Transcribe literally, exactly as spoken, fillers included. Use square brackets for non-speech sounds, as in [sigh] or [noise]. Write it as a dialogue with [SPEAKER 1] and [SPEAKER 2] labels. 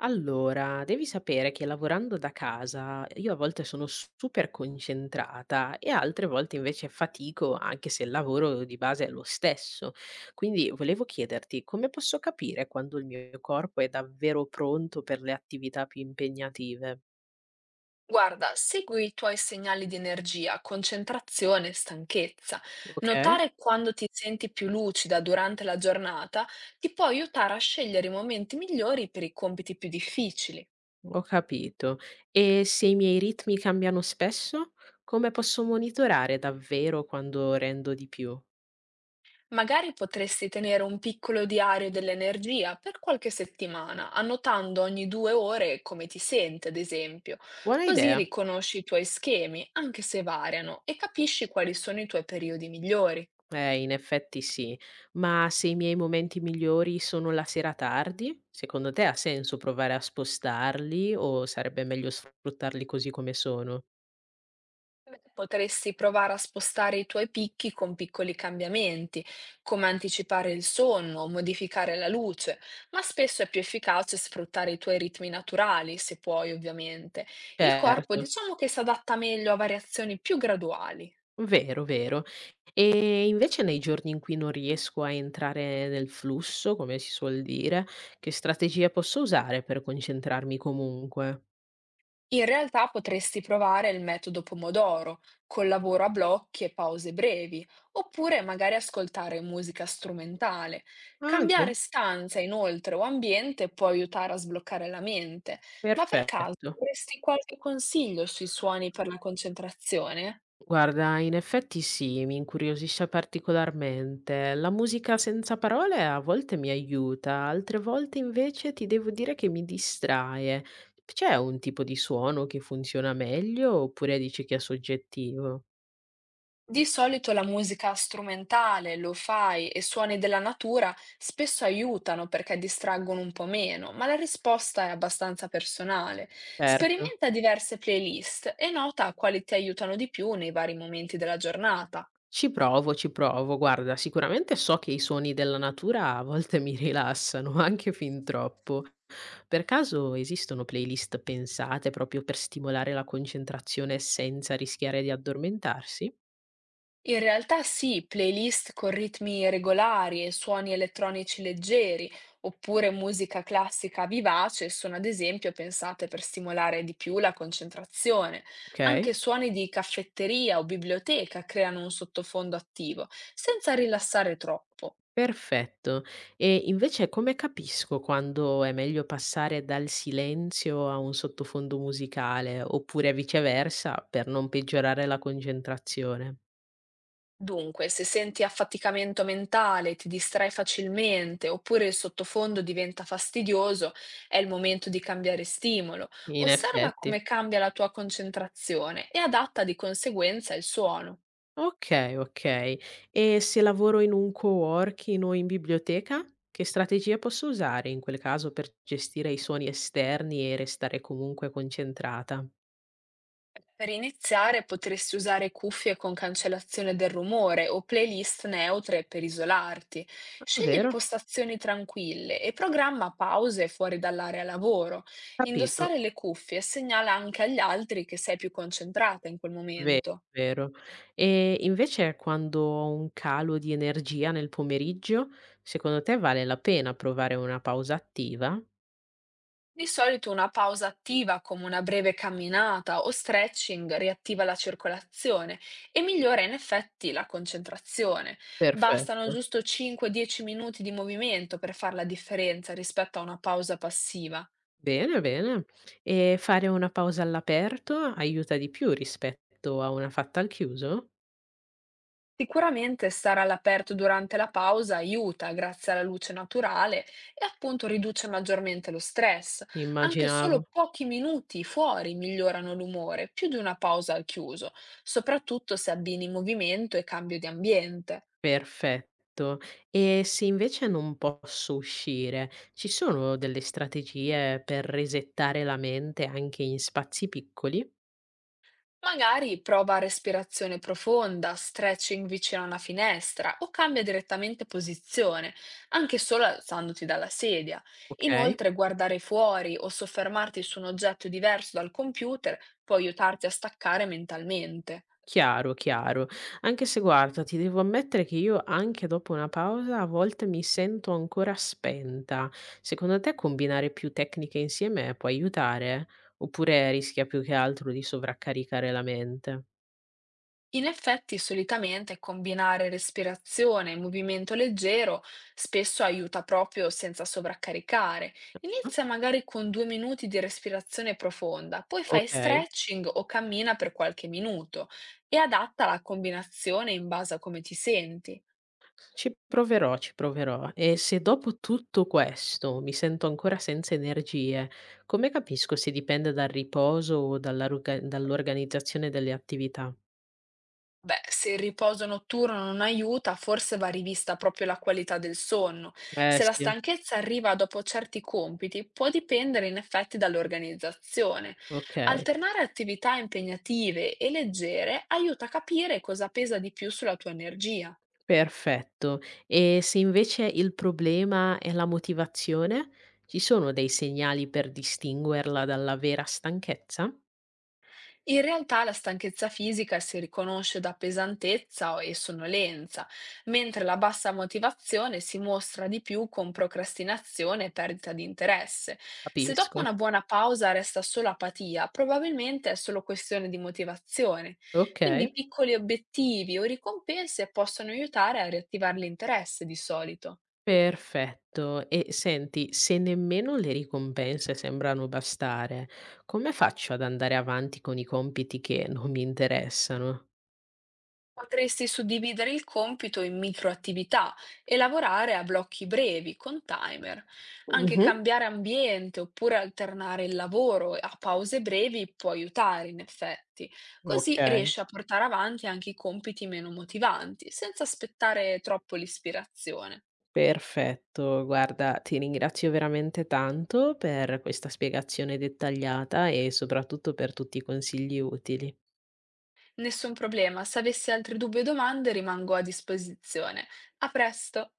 [SPEAKER 1] Allora, devi sapere che lavorando da casa io a volte sono super concentrata e altre volte invece fatico, anche se il lavoro di base è lo stesso. Quindi volevo chiederti come posso capire quando il mio corpo è davvero pronto per le attività più impegnative?
[SPEAKER 2] Guarda, segui i tuoi segnali di energia, concentrazione, stanchezza.
[SPEAKER 1] Ok,
[SPEAKER 2] Notare quando ti senti più lucida durante la giornata ti può aiutare a scegliere i momenti migliori per i compiti più difficili.
[SPEAKER 1] ho capito. E se i miei ritmi cambiano spesso, come posso monitorare davvero quando rendo di più?
[SPEAKER 2] Magari potresti tenere un piccolo diario dell'energia per qualche settimana, annotando ogni due ore come ti senti, ad esempio.
[SPEAKER 1] Buona
[SPEAKER 2] Così
[SPEAKER 1] idea.
[SPEAKER 2] riconosci i tuoi schemi, anche se variano, e capisci quali sono i tuoi periodi migliori.
[SPEAKER 1] Eh, in effetti sì, ma se i miei momenti migliori sono la sera tardi, secondo te ha senso provare a spostarli o sarebbe meglio sfruttarli così come sono?
[SPEAKER 2] Potresti provare a spostare i tuoi picchi con piccoli cambiamenti, come anticipare il sonno o modificare la luce, ma spesso è più efficace sfruttare i tuoi ritmi naturali, se puoi, ovviamente. Il corpo
[SPEAKER 1] Certo,
[SPEAKER 2] diciamo che si adatta meglio a variazioni più graduali.
[SPEAKER 1] vero, vero. E invece nei giorni in cui non riesco a entrare nel flusso, come si suol dire, che strategie posso usare per concentrarmi comunque?
[SPEAKER 2] In realtà potresti provare il metodo Pomodoro, col lavoro a blocchi e pause brevi, oppure magari ascoltare musica strumentale.
[SPEAKER 1] Ah,
[SPEAKER 2] Cambiare
[SPEAKER 1] beh,
[SPEAKER 2] stanza inoltre o ambiente può aiutare a sbloccare la mente, ma per caso
[SPEAKER 1] perfetto.
[SPEAKER 2] avresti qualche consiglio sui suoni per la concentrazione?
[SPEAKER 1] Guarda, in effetti sì, mi incuriosisce particolarmente. La musica senza parole a volte mi aiuta, altre volte invece ti devo dire che mi distrae. C'è un tipo di suono che funziona meglio oppure dici che è soggettivo?
[SPEAKER 2] Di solito la musica strumentale, lo-fi e suoni della natura spesso aiutano perché distraggono un po' meno, ma la risposta è abbastanza personale.
[SPEAKER 1] Certo.
[SPEAKER 2] Sperimenta diverse playlist e nota quali ti aiutano di più nei vari momenti della giornata.
[SPEAKER 1] Ci provo, ci provo. Guarda, sicuramente so che i suoni della natura a volte mi rilassano, [laughs] anche fin troppo. Per caso esistono playlist pensate proprio per stimolare la concentrazione senza rischiare di addormentarsi?
[SPEAKER 2] In realtà sì, playlist con ritmi regolari e suoni elettronici leggeri, oppure musica classica vivace, sono ad esempio pensate per stimolare di più la concentrazione.
[SPEAKER 1] Ok,
[SPEAKER 2] Anche suoni di caffetteria o biblioteca creano un sottofondo attivo, senza rilassare troppo.
[SPEAKER 1] perfetto. E invece come capisco quando è meglio passare dal silenzio a un sottofondo musicale, oppure viceversa, per non peggiorare la concentrazione?
[SPEAKER 2] Dunque, se senti affaticamento mentale, ti distrai facilmente oppure il sottofondo diventa fastidioso, è il momento di cambiare stimolo.
[SPEAKER 1] In
[SPEAKER 2] Osserva
[SPEAKER 1] effetti.
[SPEAKER 2] come cambia la tua concentrazione e adatta di conseguenza il suono.
[SPEAKER 1] Okay, okay. E se lavoro in un coworking o in biblioteca, che strategie posso usare in quel caso per gestire i suoni esterni e restare comunque concentrata?
[SPEAKER 2] Per iniziare potresti usare cuffie con cancellazione del rumore o playlist neutre per isolarti.
[SPEAKER 1] Ah,
[SPEAKER 2] Scegli
[SPEAKER 1] vero?
[SPEAKER 2] postazioni tranquille e programma pause fuori dall'area lavoro.
[SPEAKER 1] Capito.
[SPEAKER 2] Indossare le cuffie segnala anche agli altri che sei più concentrata in quel
[SPEAKER 1] Vero,
[SPEAKER 2] momento.
[SPEAKER 1] vero. E invece quando ho un calo di energia nel pomeriggio, secondo te vale la pena provare una pausa attiva?
[SPEAKER 2] Di solito una pausa attiva, come una breve camminata o stretching, riattiva la circolazione e migliora in effetti la concentrazione. Bastano
[SPEAKER 1] Perfetto.
[SPEAKER 2] giusto cinque dieci minuti di movimento per fare la differenza rispetto a una pausa passiva.
[SPEAKER 1] Bene, bene. E fare una pausa all'aperto aiuta di più rispetto a una fatta al chiuso?
[SPEAKER 2] Sicuramente stare all'aperto durante la pausa aiuta, grazie alla luce naturale, e appunto riduce maggiormente lo stress. Anche
[SPEAKER 1] Immaginavo.
[SPEAKER 2] solo pochi minuti fuori migliorano l'umore, più di una pausa al chiuso, soprattutto se abbini movimento e cambio di ambiente.
[SPEAKER 1] Perfetto. E se invece non posso uscire, ci sono delle strategie per resettare la mente anche in spazi piccoli?
[SPEAKER 2] Magari prova respirazione profonda, stretching vicino a una finestra o cambia direttamente posizione, anche solo alzandoti dalla sedia.
[SPEAKER 1] Okay,
[SPEAKER 2] Inoltre, guardare fuori o soffermarti su un oggetto diverso dal computer può aiutarti a staccare mentalmente.
[SPEAKER 1] chiaro, chiaro. Anche se guarda, ti devo ammettere che io anche dopo una pausa a volte mi sento ancora spenta. Secondo te combinare più tecniche insieme può aiutare? Oppure rischia più che altro di sovraccaricare la mente?
[SPEAKER 2] In effetti, solitamente combinare respirazione e movimento leggero spesso aiuta proprio senza sovraccaricare.
[SPEAKER 1] Ah,
[SPEAKER 2] Inizia magari con due minuti di respirazione profonda, poi fai
[SPEAKER 1] okay.
[SPEAKER 2] stretching o cammina per qualche minuto e adatta la combinazione in base a come ti senti.
[SPEAKER 1] Ci proverò, ci proverò. E se dopo tutto questo mi sento ancora senza energie, come capisco se dipende dal riposo o dalla ruga- dall'organizzazione delle attività?
[SPEAKER 2] Beh, se il riposo notturno non aiuta, forse va rivista proprio la qualità del sonno.
[SPEAKER 1] Eh
[SPEAKER 2] Se la
[SPEAKER 1] sì,
[SPEAKER 2] stanchezza arriva dopo certi compiti, può dipendere in effetti dall'organizzazione.
[SPEAKER 1] ok,
[SPEAKER 2] Alternare attività impegnative e leggere aiuta a capire cosa pesa di più sulla tua energia.
[SPEAKER 1] perfetto. E se invece il problema è la motivazione, ci sono dei segnali per distinguerla dalla vera stanchezza?
[SPEAKER 2] In realtà la stanchezza fisica si riconosce da pesantezza o- e sonnolenza, mentre la bassa motivazione si mostra di più con procrastinazione e perdita di interesse. Se dopo
[SPEAKER 1] Capisco.
[SPEAKER 2] una buona pausa resta solo apatia, probabilmente è solo questione di motivazione.
[SPEAKER 1] Ok.
[SPEAKER 2] Quindi piccoli obiettivi o ricompense possono aiutare a riattivare l'interesse di solito.
[SPEAKER 1] Perfetto. E senti, se nemmeno le ricompense sembrano bastare, come faccio ad andare avanti con i compiti che non mi interessano?
[SPEAKER 2] Potresti suddividere il compito in microattività e lavorare a blocchi brevi con timer. Anche
[SPEAKER 1] Mhm.
[SPEAKER 2] cambiare ambiente oppure alternare il lavoro a pause brevi può aiutare in effetti.
[SPEAKER 1] Ok,
[SPEAKER 2] Così riesci a portare avanti anche i compiti meno motivanti, senza aspettare troppo l'ispirazione.
[SPEAKER 1] perfetto. Guarda, ti ringrazio veramente tanto per questa spiegazione dettagliata e soprattutto per tutti i consigli utili.
[SPEAKER 2] Nessun problema, se avessi altri dubbi o domande rimango a disposizione. A presto!